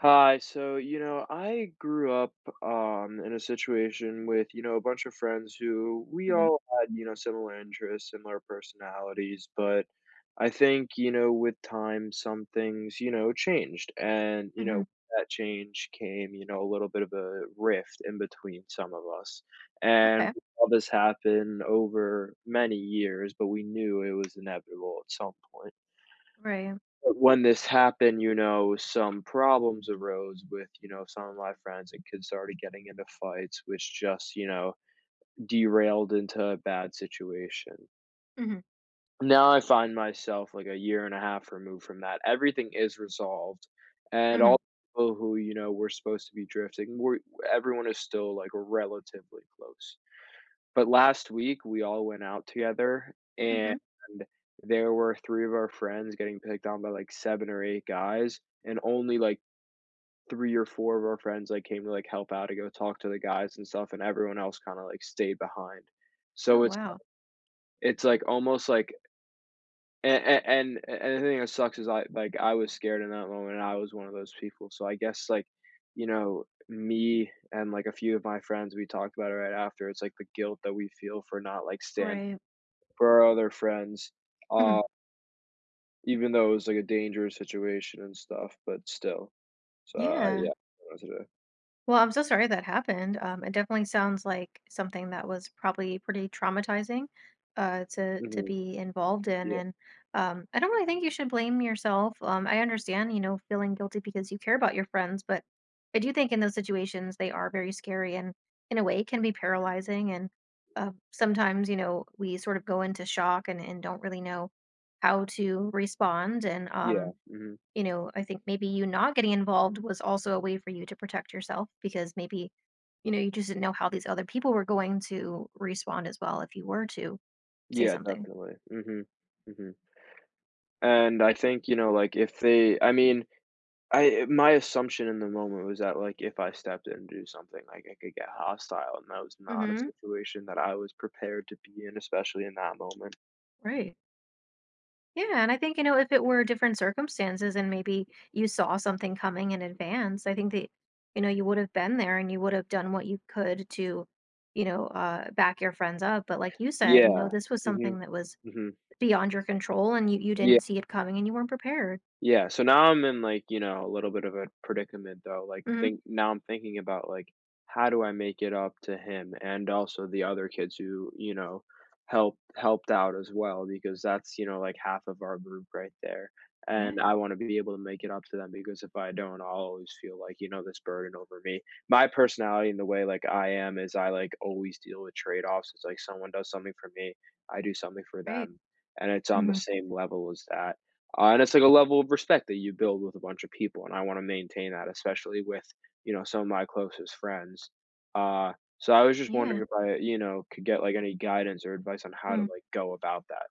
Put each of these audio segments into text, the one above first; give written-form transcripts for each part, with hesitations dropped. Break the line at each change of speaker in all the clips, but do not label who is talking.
Hi. So, I grew up in a situation with, a bunch of friends who we
Mhm.
all had, similar interests, similar personalities. But I think, with time, some things, changed. And,
Mhm.
with that change came, a little bit of a rift in between some of us. And
Okay.
we saw this happen over many years, but we knew it was inevitable at some point.
Right.
When this happened, some problems arose with, some of my friends, and kids started getting into fights, which just, derailed into a bad situation.
Mhm.
Now I find myself like a year and a half removed from that. Everything is resolved, and
Mhm.
all the people who, were supposed to be drifting, we're everyone is still like relatively close. But last week, we all went out together, and
Mhm.
there were three of our friends getting picked on by, like, seven or eight guys, and only, like, three or four of our friends, like, came to, like, help out and go talk to the guys and stuff, and everyone else kinda, like, stayed behind.
Oh
So it's
wow.
it's, like, almost like a and the thing that sucks is, I like, I was scared in that moment, and I was one of those people, so I guess, like, me and, like, a few of my friends, we talked about it right after. It's, like, the guilt that we feel for not, like, standing
Right.
for our other friends,
Mhm.
uh, even though it was, like, a dangerous situation and stuff, but still. So, I
Yeah.
yeah.
Well, I'm so sorry that happened. It definitely sounds like something that was probably pretty traumatizing to
Mhm.
be involved in,
Yeah.
and I don't really think you should blame yourself. I understand, you know, feeling guilty because you care about your friends, but I do think in those situations they are very scary and in a way can be paralyzing. And sometimes, you know, we sort of go into shock and don't really know how to respond. And
Yeah. Mhm.
You know, I think maybe you not getting involved was also a way for you to protect yourself because maybe, you know, you just didn't know how these other people were going to respond as well if you were to say
Yeah,
something.
definitely. Mhm. Mhm. And I think, like, if they I mean, I my assumption in the moment was that, like, if I stepped in to do something, like, I could get hostile, and that was not a
Hmm.
situation that I was prepared to be in, especially in that moment.
Right. Yeah, and I think, you know, if it were different circumstances and maybe you saw something coming in advance, I think that, you know, you would have been there and you would have done what you could to, you know, back your friends up. But like you said, you know,
Yeah.
this was
Mhm.
something that was
Mhm.
beyond your control and you
Yeah.
didn't see it coming and you weren't prepared.
Yeah, so now I'm in, like, a little bit of a predicament, though, like,
Hmm.
think now I'm thinking about, like, how do I make it up to him and also the other kids who, helped out as well because that's, like, half of our group right there,
Yeah.
and I wanna be able to make it up to them because if I don't, I'll always feel like, this burden over me. My personality and the way, like, I am is I, like, always deal with trade-offs. It's like someone does something for me, I do something for
Right.
them, and it's on the
Mhm.
same level as that. And it's like a level of respect that you build with a bunch of people, and I want to maintain that, especially with some of my closest friends. Uh, so I was just wondering
Yeah.
if I could get like any guidance or advice on how to
Mm.
like go about that.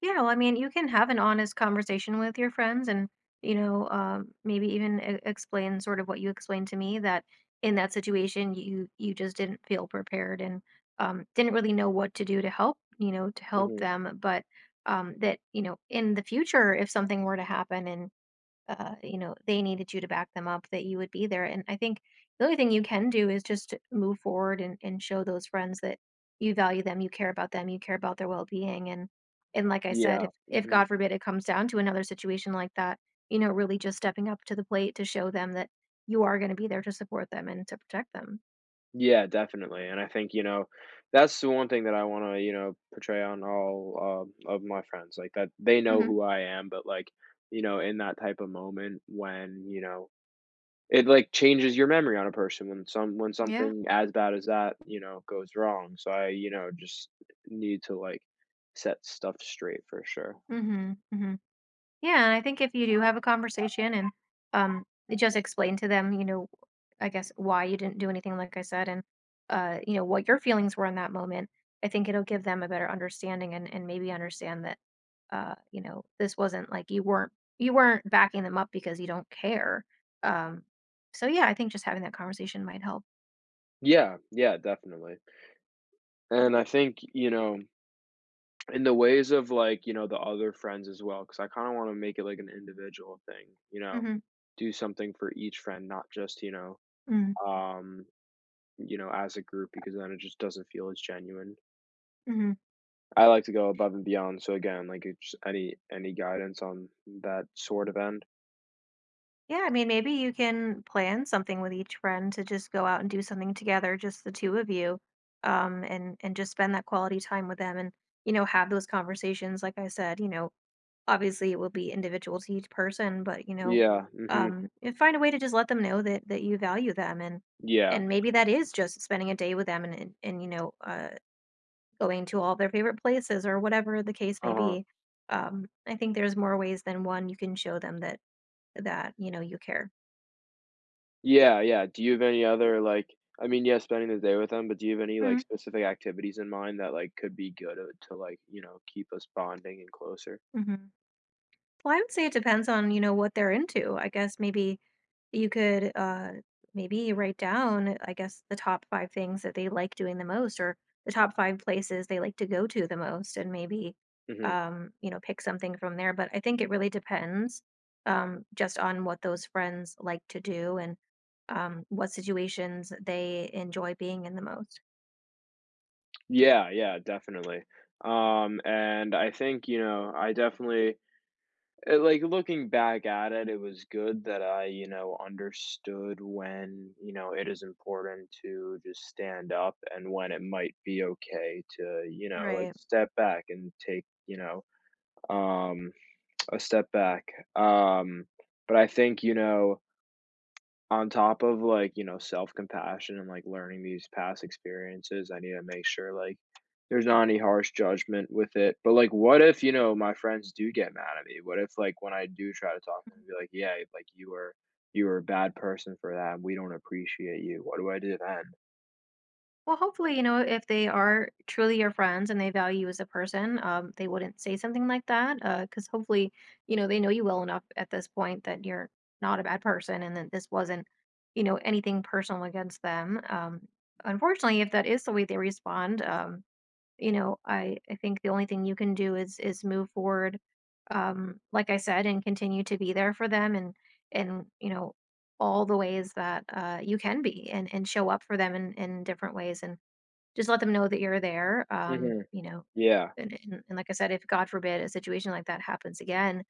Yeah. Well, I mean, you can have an honest conversation with your friends and, you know, maybe even explain sort of what you explained to me that in that situation, you just didn't feel prepared and didn't really know what to do to help, you know, to help
Hmm.
them. But that, you know, in the future, if something were to happen and you know, they needed you to back them up, that you would be there. And I think the only thing you can do is just to move forward and show those friends that you value them, you care about them, you care about their well being. And like I said,
Yeah.
if
Hmm.
God forbid it comes down to another situation like that, you know, really just stepping up to the plate to show them that you are going to be there to support them and to protect them.
Yeah, definitely, and I think, that's the one thing that I wanna, portray on all, of my friends, like, that they know
Hmm.
who I am, but, like, in that type of moment when, it, like, changes your memory on a person when
Yeah.
something as bad as that, goes wrong, so I, just need to, like, set stuff straight for sure.
Hmm. Hmm. Yeah, and I think if you do have a conversation and um just explain to them, you know, I guess why you didn't do anything like I said and you know, what your feelings were in that moment, I think it'll give them a better understanding and maybe understand that you know, this wasn't like you weren't backing them up because you don't care. Um, so yeah, I think just having that conversation might help.
Yeah, yeah, definitely, and I think, in the ways of, like, the other friends as well, because I kind of want to make it like an individual thing,
Hmm.
do something for each friend, not just,
Hmm.
um as a group, because then it just doesn't feel as genuine.
Hmm.
I like to go above and beyond, so again like it's any guidance on that sort of end.
Yeah, I mean, maybe you can plan something with each friend to just go out and do something together, just the two of you, and just spend that quality time with them, and you know, have those conversations. Like I said, you know, obviously it will be individual to each person, but you know,
Yeah. Hmm.
and find a way to just let them know that you value them,
Yeah.
and maybe that is just spending a day with them, and and you know, going to all their favorite places or whatever the case may
Uh-huh.
be. I think there's more ways than one you can show them that you know you care.
Yeah, yeah, do you have any other like, I mean, yeah, spending the day with them, but do you have any like
Mhm.
specific activities in mind that like could be good, to like keep us bonding and closer?
Mhm. Well, I would say it depends on, you know, what they're into. I guess maybe you could maybe write down, I guess, the top five things that they like doing the most or the top five places they like to go to the most and maybe
Hmm.
you know, pick something from there. But I think it really depends just on what those friends like to do and what situations they enjoy being in the most.
Yeah, yeah, definitely. And I think, I definitely like, looking back at it, it was good that I, understood when, it is important to just stand up and when it might be okay to, like,
Right.
step back and take, um, a step back. Um, but I think, on top of, like, self-compassion and, like, learning these past experiences, I need to make sure, like, there's not any harsh judgment with it, but, like, what if, my friends do get mad at me? What if, like, when I do try to talk to them, be like, "Yeah, like, you were a bad person for that, and we don't appreciate you." What do I do then?
Well, hopefully, you know, if they are truly your friends and they value you as a person, they wouldn't say something like that. Because hopefully, you know, they know you well enough at this point that you're not a bad person and that this wasn't, you know, anything personal against them. Unfortunately, if that is the way they respond, you know, I think the only thing you can do is move forward, like I said, and continue to be there for them and you know all the ways that you can be and show up for them in different ways and just let them know that you're there,
Mhm.
you know,
Yeah.
and and like I said, if God forbid a situation like that happens again,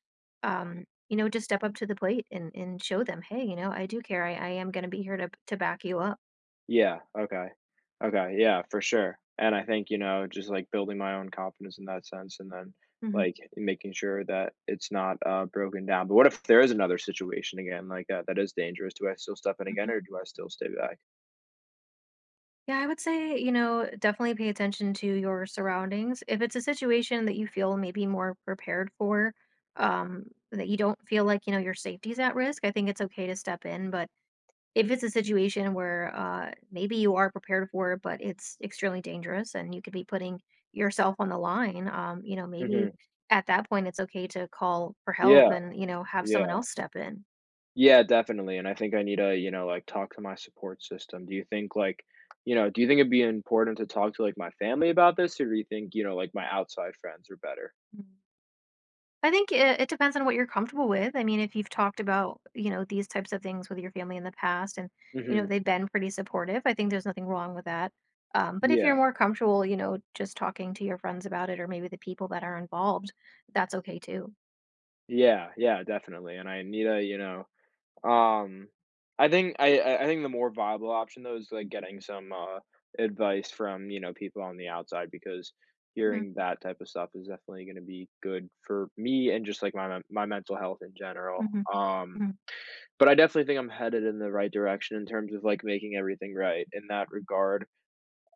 you know, just step up to the plate and show them, "Hey, you know, I do care. I am gonna be here to back you up."
Yeah, okay. Okay, yeah, for sure, and I think, just, like, building my own confidence in that sense, and then,
Mhm,
like, making sure that it's not, broken down. But what if there is another situation again like that that is dangerous? Do I still step in again,
mhm.
or do I still stay back?
Yeah, I would say, you know, definitely pay attention to your surroundings. If it's a situation that you feel maybe more prepared for, that you don't feel like, you know, your safety's at risk, I think it's okay to step in, but if it's a situation where, maybe you are prepared for it, but it's extremely dangerous and you could be putting yourself on the line, you know, maybe
Mhm.
at that point it's okay to call for help
Yeah,
and, you know, have someone
yeah.
else step in.
Yeah, definitely, and I think I need to, like, talk to my support system. Do you think, like you know, do you think it'd be important to talk to, like, my family about this, or do you think, like, my outside friends are better?
Mm. I think it depends on what you're comfortable with. I mean, if you've talked about, you know, these types of things with your family in the past and, you know,
Mhm.
they've been pretty supportive, I think there's nothing wrong with that. But if
Yeah.
you're more comfortable, you know, just talking to your friends about it or maybe the people that are involved, that's okay too.
Yeah, yeah, definitely, and I need a, you know, um, I think I think the more viable option though is like getting some, advice from, people on the outside, because
Mhm,
hearing that type of stuff is definitely gonna be good for me, and just like my mental health in general,
mhm,
um,
mhm.
but I definitely think I'm headed in the right direction in terms of like making everything right in that regard,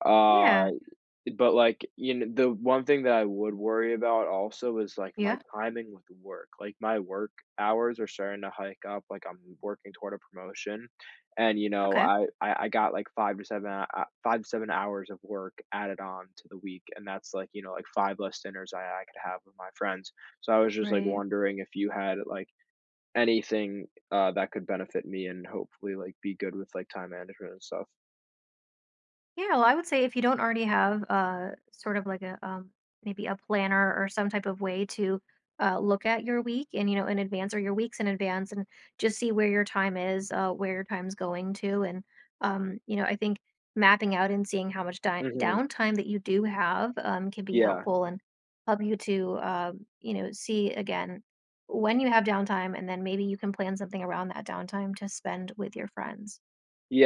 uh
Yeah.
but, like, the one thing that I would worry about also is, like, my
Yeah.
timing with work. Like, my work hours are starting to hike up, like, I'm working toward a promotion, and,
Okay.
I got, like, 5 to 7 hours of work added on to the week, and that's, like, like, five less dinners I could have with my friends. So I was just, like,
Right.
wondering if you had, like, anything, that could benefit me and hopefully, like, be good with, like, time management and stuff.
Yeah. Well, I would say if you don't already have sort of like a maybe a planner or some type of way to look at your week and you know in advance or your weeks in advance and just see where your time is, where your time's going to and you know I think mapping out and seeing how much
Mhm.
downtime that you do have can be
Yeah.
helpful and help you to you know see again when you have downtime and then maybe you can plan something around that downtime to spend with your friends.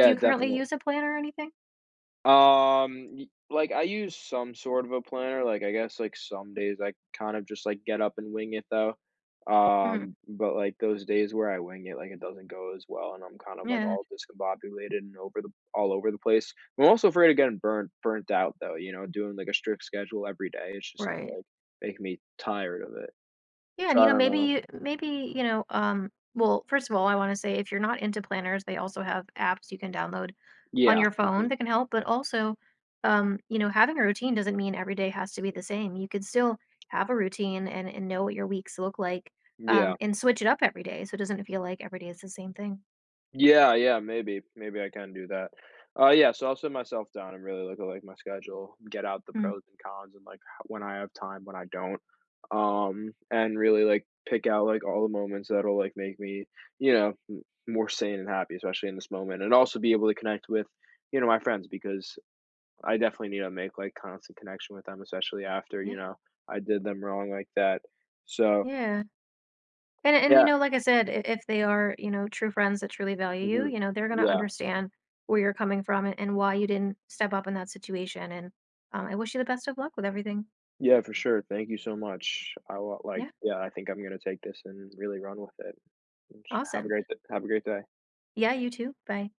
Do you currently
definitely.
use a planner or anything?
Y Like, I use some sort of a planner, like, I guess, like, some days I kind of just, like, get up and wing it, though.
Mhm.
But, like, those days where I wing it, like, it doesn't go as well, and I'm kind of, like,
Yeah.
all discombobulated and over the all over the place. I'm also afraid of getting burnt out, though, doing, like, a strict schedule every day. It's just gonna,
Right.
like, make me tired of it.
Yeah, and,
So
you
I
know,
don't know.
you know, well, first of all, I wanna say if you're not into planners, they also have apps you can download on
Yeah,
your phone
mhm,
that can help, but also, you know, having a routine doesn't mean every day has to be the same. You could still have a routine and know what your weeks look like,
yeah.
and switch it up every day so it doesn't feel like every day is the same thing.
Yeah, yeah, maybe. Maybe I can do that. Yeah, so I'll sit myself down and really look at, like, my schedule, get out the
Mm.
pros and cons and, like, h when I have time, when I don't, and really, like, pick out, like, all the moments that'll, like, make me, m more sane and happy, especially in this moment, and also be able to connect with, my friends, because I definitely need to make, like, constant connection with them, especially after,
Yeah.
I did them wrong like that. So
Yeah. And you
yeah.
know, like I said, if they are, you know, true friends that truly value you,
Mhm.
you know, they're gonna
Yeah.
understand where you're coming from and why you didn't step up in that situation. And I wish you the best of luck with everything.
Yeah, for sure. Thank you so much. I will, like,
Yeah,
yeah, I think I'm gonna take this and really run with it. Have a
awesome.
great have a great day.
Yeah, you too. Bye.